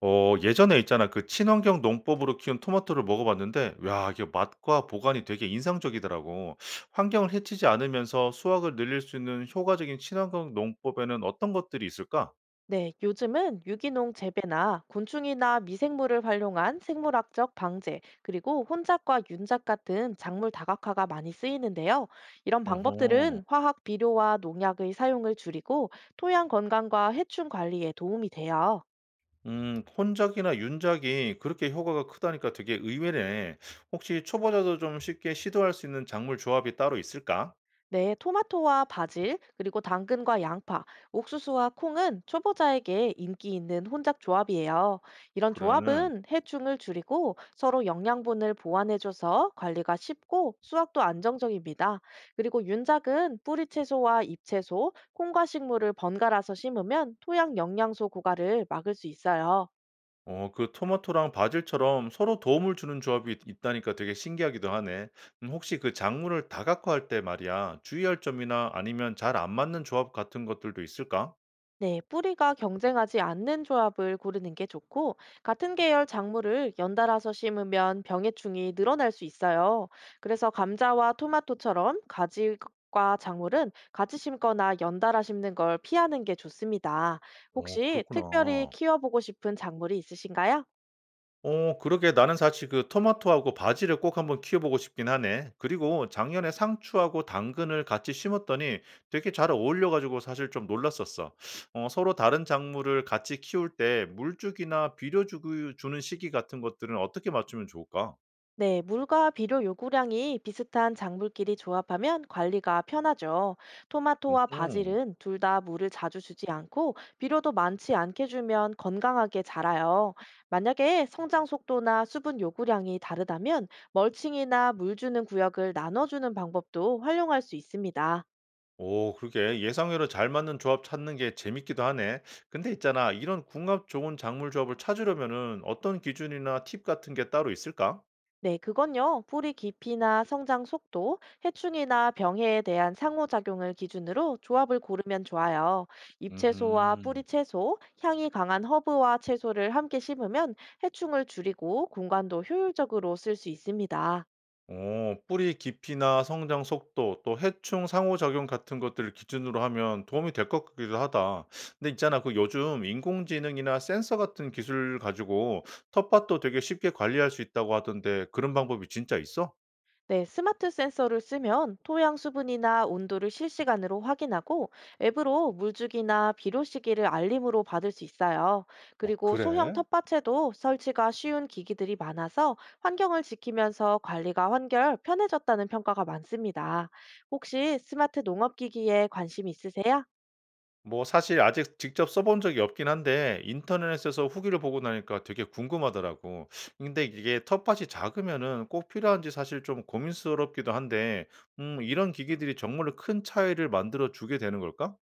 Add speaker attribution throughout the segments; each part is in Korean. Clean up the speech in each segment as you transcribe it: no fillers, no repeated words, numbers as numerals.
Speaker 1: 어 예전에 있잖아 그 친환경 농법으로 키운 토마토를 먹어봤는데 야 이게 맛과 보관이 되게 인상적이더라고. 환경을 해치지 않으면서 수확을 늘릴 수 있는 효과적인 친환경 농법에는 어떤 것들이 있을까?
Speaker 2: 네, 요즘은 유기농 재배나 곤충이나 미생물을 활용한 생물학적 방제, 그리고 혼작과 윤작 같은 작물 다각화가 많이 쓰이는데요. 이런
Speaker 1: 어허.
Speaker 2: 방법들은 화학 비료와 농약의 사용을 줄이고 토양 건강과 해충 관리에 도움이 돼요.
Speaker 1: 혼작이나 윤작이 그렇게 효과가 크다니까 되게 의외네. 혹시 초보자도 좀 쉽게 시도할 수 있는 작물 조합이 따로 있을까?
Speaker 2: 네, 토마토와 바질, 그리고 당근과 양파, 옥수수와 콩은 초보자에게 인기 있는 혼잡 조합이에요. 이런
Speaker 1: 그래.
Speaker 2: 조합은 해충을 줄이고 서로 영양분을 보완해줘서 관리가 쉽고 수확도 안정적입니다. 그리고 윤작은 뿌리채소와 잎채소, 콩과 식물을 번갈아서 심으면 토양 영양소 고갈을 막을 수 있어요.
Speaker 1: 어 그 토마토랑 바질처럼 서로 도움을 주는 조합이 있다니까 되게 신기하기도 하네. 혹시 그 작물을 다각화할 때 말이야, 주의할 점이나 아니면 잘 안 맞는 조합 같은 것들도 있을까?
Speaker 2: 네, 뿌리가 경쟁하지 않는 조합을 고르는 게 좋고, 같은 계열 작물을 연달아서 심으면 병해충이 늘어날 수 있어요. 그래서 감자와 토마토처럼 가지과 작물은 같이 심거나 연달아 심는 걸 피하는 게 좋습니다.
Speaker 1: 어,
Speaker 2: 혹시 특별히
Speaker 1: 그렇구나.
Speaker 2: 키워보고 싶은 작물이 있으신가요?
Speaker 1: 어, 그러게 나는 사실 그 토마토하고 바질을 꼭 한번 키워보고 싶긴 하네. 그리고 작년에 상추하고 당근을 같이 심었더니 되게 잘 어울려가지고 사실 좀 놀랐었어. 어, 서로 다른 작물을 같이 키울 때 물주기나 주는 시기 같은 것들은 어떻게 맞추면 좋을까?
Speaker 2: 네, 물과 비료 요구량이 비슷한 작물끼리 조합하면 관리가 편하죠. 토마토와
Speaker 1: 음흠.
Speaker 2: 바질은 둘 다 물을 자주 주지 않고 비료도 많지 않게 주면 건강하게 자라요. 만약에 성장 속도나 수분 요구량이 다르다면 멀칭이나 물 주는 구역을 나눠주는 방법도 활용할 수 있습니다.
Speaker 1: 오, 그러게. 예상외로 잘 맞는 조합 찾는 게 재밌기도 하네. 근데 있잖아, 이런 궁합 좋은 작물 조합을 찾으려면은 어떤 기준이나 팁 같은 게 따로 있을까?
Speaker 2: 네, 그건요. 뿌리 깊이나 성장 속도, 해충이나 병해에 대한 상호작용을 기준으로 조합을 고르면 좋아요. 잎채소와 뿌리
Speaker 1: 음,
Speaker 2: 채소, 향이 강한 허브와 채소를 함께 심으면 해충을 줄이고 공간도 효율적으로 쓸 수 있습니다.
Speaker 1: 오, 뿌리 깊이나 성장 속도, 또 해충 상호작용 같은 것들을 기준으로 하면 도움이 될 것 같기도 하다. 근데 있잖아, 그 요즘 인공지능이나 센서 같은 기술 가지고 텃밭도 되게 쉽게 관리할 수 있다고 하던데 그런 방법이 진짜 있어?
Speaker 2: 네, 스마트 센서를 쓰면 토양 수분이나 온도를 실시간으로 확인하고 앱으로 물주기나 비료 시기를 알림으로 받을 수 있어요.
Speaker 1: 어,
Speaker 2: 그리고 소형
Speaker 1: 그래.
Speaker 2: 텃밭에도 설치가 쉬운 기기들이 많아서 환경을 지키면서 관리가 한결 편해졌다는 평가가 많습니다. 혹시 스마트 농업 기기에 관심 있으세요?
Speaker 1: 뭐 사실 아직 직접 써본 적이 없긴 한데 인터넷에서 후기를 보고 나니까 되게 궁금하더라고. 근데 이게 텃밭이 작으면은 꼭 필요한지 사실 좀 고민스럽기도 한데 이런 기기들이 정말로 큰 차이를 만들어 주게 되는 걸까?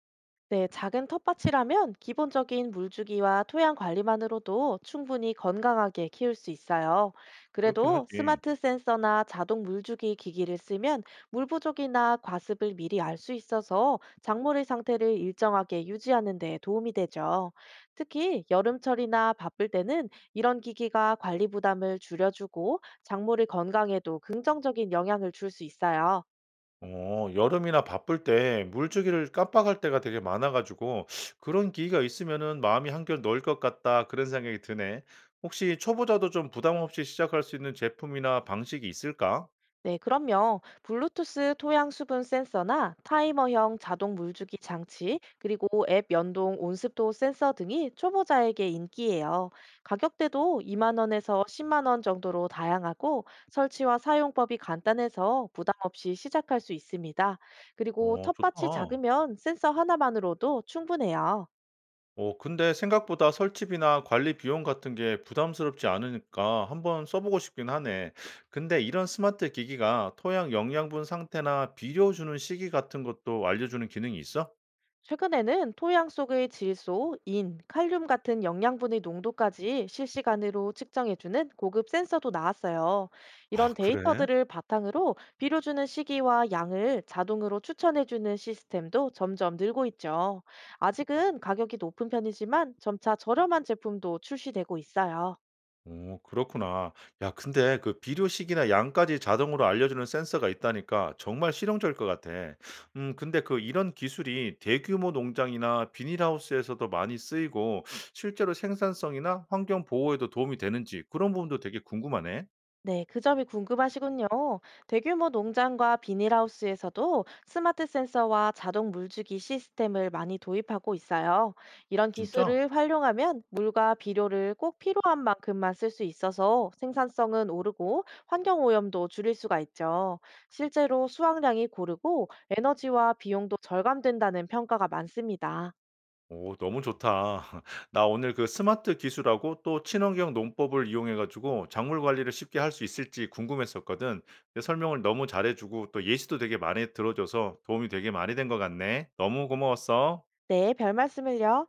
Speaker 2: 네, 작은 텃밭이라면 기본적인 물주기와 토양 관리만으로도 충분히 건강하게 키울 수 있어요.
Speaker 1: 그렇긴
Speaker 2: 그래도
Speaker 1: 하지.
Speaker 2: 스마트 센서나 자동 물주기 기기를 쓰면 물 부족이나 과습을 미리 알 수 있어서 작물의 상태를 일정하게 유지하는 데 도움이 되죠. 특히 여름철이나 바쁠 때는 이런 기기가 관리 부담을 줄여주고 작물의 건강에도 긍정적인 영향을 줄 수 있어요.
Speaker 1: 어 여름이나 바쁠 때 물주기를 깜빡할 때가 되게 많아 가지고 '그런 기기가 있으면은 마음이 한결 놓을 것 같다.' 그런 생각이 드네. 혹시 초보자도 좀 부담 없이 시작할 수 있는 제품이나 방식이 있을까?
Speaker 2: 네, 그럼요. 블루투스 토양 수분 센서나 타이머형 자동 물주기 장치, 그리고 앱 연동 온습도 센서 등이 초보자에게 인기예요. 가격대도 2만 원에서 10만 원 정도로 다양하고 설치와 사용법이 간단해서 부담 없이 시작할 수 있습니다. 그리고
Speaker 1: 어
Speaker 2: 텃밭이
Speaker 1: 좋다.
Speaker 2: 작으면 센서 하나만으로도 충분해요.
Speaker 1: 어 근데 생각보다 설치비나 관리 비용 같은 게 부담스럽지 않으니까 한번 써보고 싶긴 하네. 근데 이런 스마트 기기가 토양 영양분 상태나 비료 주는 시기 같은 것도 알려주는 기능이 있어?
Speaker 2: 최근에는 토양 속의 질소, 인, 칼륨 같은 영양분의 농도까지 실시간으로 측정해주는 고급 센서도 나왔어요. 이런
Speaker 1: 아, 그래?
Speaker 2: 데이터들을 바탕으로 비료 주는 시기와 양을 자동으로 추천해주는 시스템도 점점 늘고 있죠. 아직은 가격이 높은 편이지만 점차 저렴한 제품도 출시되고 있어요.
Speaker 1: 오 그렇구나. 야 근데 그 비료식이나 양까지 자동으로 알려주는 센서가 있다니까 정말 실용적일 것 같아. 근데 그 이런 기술이 대규모 농장이나 비닐하우스에서도 많이 쓰이고 실제로 생산성이나 환경 보호에도 도움이 되는지 그런 부분도 되게 궁금하네.
Speaker 2: 네, 그 점이 궁금하시군요. 대규모 농장과 비닐하우스에서도 스마트 센서와 자동 물주기 시스템을 많이 도입하고 있어요. 이런
Speaker 1: 진짜?
Speaker 2: 기술을 활용하면 물과 비료를 꼭 필요한 만큼만 쓸 수 있어서 생산성은 오르고 환경 오염도 줄일 수가 있죠. 실제로 수확량이 고르고 에너지와 비용도 절감된다는 평가가 많습니다.
Speaker 1: 오 너무 좋다. 나 오늘 그 스마트 기술하고 또 친환경 농법을 이용해 가지고 작물 관리를 쉽게 할 수 있을지 궁금했었거든. 근데 설명을 너무 잘해 주고 또 예시도 되게 많이 들어 줘서 도움이 되게 많이 된 것 같네. 너무 고마웠어.
Speaker 2: 네, 별 말씀을요.